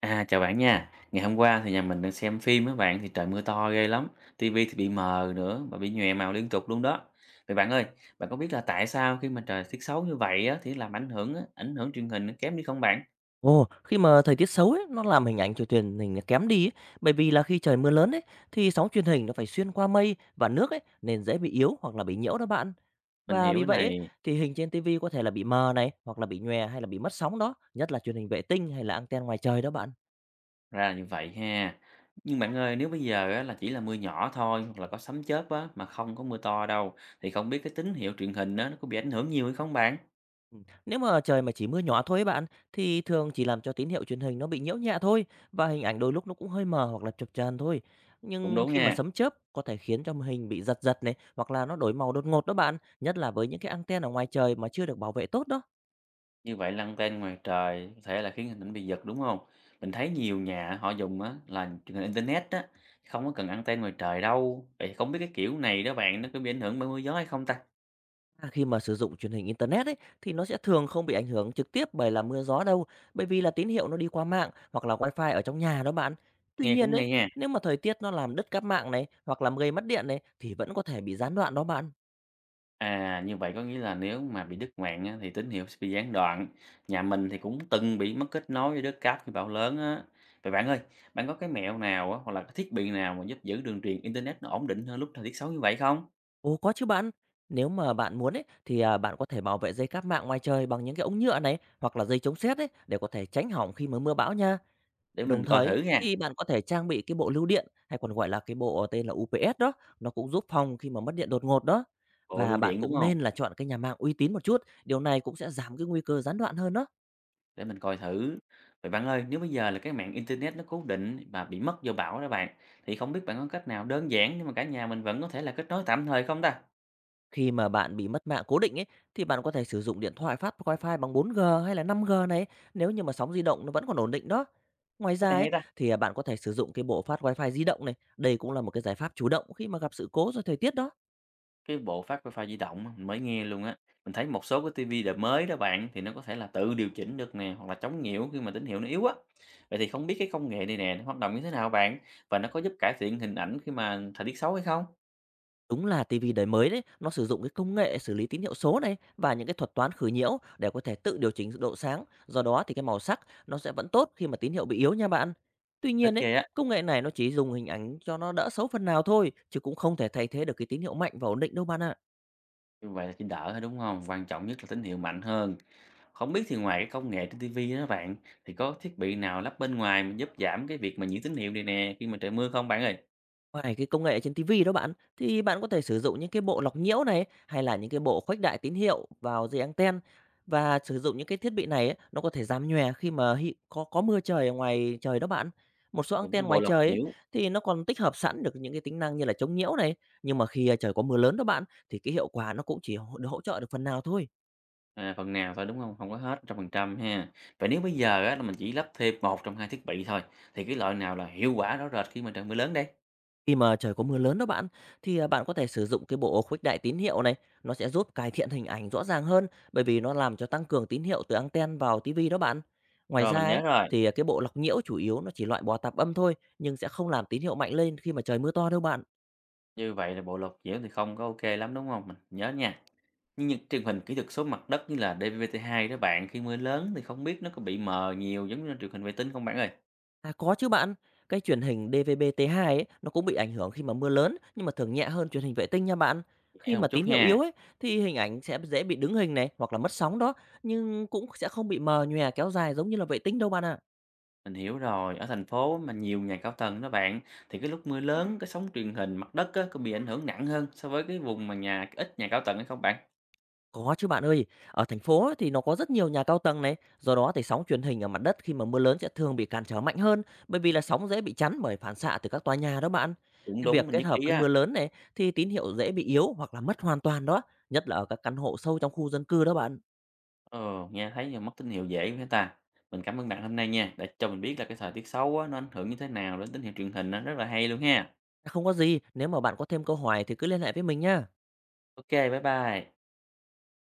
À, chào bạn nha. Ngày hôm qua thì nhà mình đang xem phim á bạn thì trời mưa to ghê lắm. Tivi thì bị mờ nữa và bị nhòe màu liên tục luôn đó. Vậy bạn ơi, bạn có biết là tại sao khi mà trời tiết xấu như vậy á thì làm ảnh hưởng truyền hình nó kém đi không bạn? Ồ, khi mà thời tiết xấu ấy, nó làm hình ảnh của truyền hình nó kém đi ấy. Bởi vì là khi trời mưa lớn ấy, thì sóng truyền hình nó phải xuyên qua mây và nước ấy, nên dễ bị yếu hoặc là bị nhiễu đó bạn. Mình Và hiểu vì cái vậy này ấy, thì hình trên tivi có thể là bị mờ này, hoặc là bị nhòe hay là bị mất sóng đó, nhất là truyền hình vệ tinh hay là anten ngoài trời đó bạn. ra là như vậy ha. Nhưng bạn ơi, nếu bây giờ á, là chỉ là mưa nhỏ thôi hoặc là có sấm chớp á mà không có mưa to đâu thì không biết cái tín hiệu truyền hình á, nó có bị ảnh hưởng nhiều hay không bạn? Nếu mà trời mà chỉ mưa nhỏ thôi ấy bạn, thì thường chỉ làm cho tín hiệu truyền hình nó bị nhiễu nhẹ thôi và hình ảnh đôi lúc nó cũng hơi mờ hoặc là chập chờn thôi. Cũng Nhưng đúng khi mà nha. sấm chớp có thể khiến cho màn hình bị giật giật này, hoặc là nó đổi màu đột ngột đó bạn, nhất là với những cái anten ở ngoài trời mà chưa được bảo vệ tốt đó. Như vậy lăn tên ngoài trời có thể là khiến hình ảnh bị giật, đúng không? Mình thấy nhiều nhà họ dùng á là truyền hình internet á, không có cần ăng-ten ngoài trời đâu. Vậy thì không biết cái kiểu này đó bạn, nó có bị ảnh hưởng bởi mưa gió hay không ta? À, khi mà sử dụng truyền hình internet ấy thì nó sẽ thường không bị ảnh hưởng trực tiếp bởi là mưa gió đâu, bởi vì là tín hiệu nó đi qua mạng hoặc là wifi ở trong nhà đó bạn. Tuy Nghe nhiên cũng ấy, hay ha. nếu mà thời tiết nó làm đứt cáp mạng này hoặc làm gây mất điện này thì vẫn có thể bị gián đoạn đó bạn. À, như vậy có nghĩa là nếu mà bị đứt mạng á thì tín hiệu sẽ bị gián đoạn. Nhà mình thì cũng từng bị mất kết nối với đất cát khi bão lớn á. Vậy bạn ơi, bạn có cái mẹo nào á, hoặc là cái thiết bị nào mà giúp giữ đường truyền internet nó ổn định hơn lúc thời tiết xấu như vậy không? Ồ, có chứ bạn. Nếu mà bạn muốn ấy thì, bạn có thể bảo vệ dây cáp mạng ngoài trời bằng những cái ống nhựa này, hoặc là dây chống sét ấy, để có thể tránh hỏng khi mà mưa bão nha. Để Đồng mình coi thời thử ấy, nha. thì bạn có thể trang bị cái bộ lưu điện, hay còn gọi là cái bộ tên là UPS đó, nó cũng giúp phòng khi mà mất điện đột ngột đó. Bộ Và lưu bạn điện, đúng cũng không? nên là chọn cái nhà mạng uy tín một chút, điều này cũng sẽ giảm cái nguy cơ gián đoạn hơn đó. Để mình coi thử. Vậy bạn ơi, nếu bây giờ là cái mạng internet nó cố định mà bị mất do bão đó bạn, thì không biết bạn có cách nào đơn giản nhưng mà cả nhà mình vẫn có thể là kết nối tạm thời không ta? Khi mà bạn bị mất mạng cố định ấy, thì bạn có thể sử dụng điện thoại phát wifi bằng 4G hay là 5G này, nếu như mà sóng di động nó vẫn còn ổn định đó. Ngoài Cách ra này ấy, hay ta. thì, bạn có thể sử dụng cái bộ phát Wi-Fi di động này, đây cũng là một cái giải pháp chủ động khi mà gặp sự cố do thời tiết đó. Cái bộ phát wifi di động á, mình mới nghe luôn á. Mình thấy một số cái tivi đời mới đó bạn thì nó có thể là tự điều chỉnh được nè hoặc là chống nhiễu khi mà tín hiệu nó yếu á. Vậy thì không biết cái công nghệ này nè nó hoạt động như thế nào bạn và nó có giúp cải thiện hình ảnh khi mà thời tiết xấu hay không? Đúng là tivi đời mới đấy, nó sử dụng cái công nghệ xử lý tín hiệu số này và những cái thuật toán khử nhiễu để có thể tự điều chỉnh độ sáng, do đó thì cái màu sắc nó sẽ vẫn tốt khi mà tín hiệu bị yếu nha bạn. Tuy Thích nhiên ấy, ghê á. công nghệ này nó chỉ dùng hình ảnh cho nó đỡ xấu phần nào thôi, chứ cũng không thể thay thế được cái tín hiệu mạnh và ổn định đâu bạn ạ. Như vậy là chỉ đỡ thôi, đúng không? Quan trọng nhất là tín hiệu mạnh hơn. Không biết thì ngoài cái công nghệ trên ti vi á bạn, thì có thiết bị nào lắp bên ngoài mà giúp giảm cái việc mà nhiễu tín hiệu này nè khi mà trời mưa không bạn ơi? Ngoài cái công nghệ trên TV đó bạn, thì bạn có thể sử dụng những cái bộ lọc nhiễu này hay là những cái bộ khuếch đại tín hiệu vào dây anten và sử dụng những cái thiết bị này ấy, nó có thể giảm nhòe khi mà có mưa trời ở ngoài trời đó bạn. Một số Những cái anten bộ ngoài lọc trời ấy, nhiễu, thì nó còn tích hợp sẵn được những cái tính năng như là chống nhiễu này, nhưng mà khi trời có mưa lớn đó bạn thì cái hiệu quả nó cũng chỉ được hỗ trợ được phần nào thôi. à, phần nào thôi, đúng không? Không có hết trăm phần trăm ha. Vậy nếu bây giờ á là mình chỉ lắp thêm một trong hai thiết bị thôi, thì cái loại nào là hiệu quả rõ rệt khi mà trời mưa lớn đây? Khi mà trời có mưa lớn đó bạn, thì, bạn có thể sử dụng cái bộ khuếch đại tín hiệu này, nó sẽ giúp cải thiện hình ảnh rõ ràng hơn, bởi vì nó làm cho tăng cường tín hiệu từ ăng-ten vào tivi đó bạn. Ngoài Rồi, ra mình nhớ ấy, rồi, thì, cái bộ lọc nhiễu chủ yếu nó chỉ loại bỏ tạp âm thôi, nhưng sẽ không làm tín hiệu mạnh lên khi mà trời mưa to đâu bạn. như vậy là bộ lọc nhiễu thì không có ok lắm, đúng không? Mình nhớ nha. Nhưng những truyền hình kỹ thuật số mặt đất như là DVB-T2 đó bạn, khi mưa lớn thì không biết nó có bị mờ nhiều giống như truyền hình vệ tinh không bạn ơi? À, có chứ bạn, cái truyền hình DVB-T2 ấy, nó cũng bị ảnh hưởng khi mà mưa lớn, nhưng mà thường nhẹ hơn truyền hình vệ tinh nha bạn. Khi Dễ một mà chút tín hiệu yếu ha. ấy, thì hình ảnh sẽ dễ bị đứng hình này, hoặc là mất sóng đó, nhưng cũng sẽ không bị mờ nhòe kéo dài giống như là vệ tinh đâu bạn ạ. Mình hiểu rồi, ở thành phố mà nhiều nhà cao tầng đó bạn, thì cái lúc mưa lớn, cái sóng truyền hình mặt đất á, có bị ảnh hưởng nặng hơn so với cái vùng mà nhà ít nhà cao tầng hay không bạn? Có chứ bạn ơi, ở thành phố ấy thì nó có rất nhiều nhà cao tầng này, do đó thì sóng truyền hình ở mặt đất khi mà mưa lớn sẽ thường bị cản trở mạnh hơn, bởi vì là sóng dễ bị chắn bởi phản xạ từ các tòa nhà đó bạn. Cũng Cái đúng, việc mình kết nhất hợp trí với mưa á. lớn này thì tín hiệu dễ bị yếu hoặc là mất hoàn toàn đó, nhất là ở các căn hộ sâu trong khu dân cư đó bạn. Ờ, nghe thấy là mất tín hiệu dễ với ta. Mình cảm ơn bạn hôm nay nha, đã cho mình biết là cái thời tiết xấu á, nó ảnh hưởng như thế nào đến tín hiệu truyền hình á, rất là hay luôn ha. Không có gì, nếu mà bạn có thêm câu hỏi thì cứ liên hệ với mình nhá. Ok, bye bye.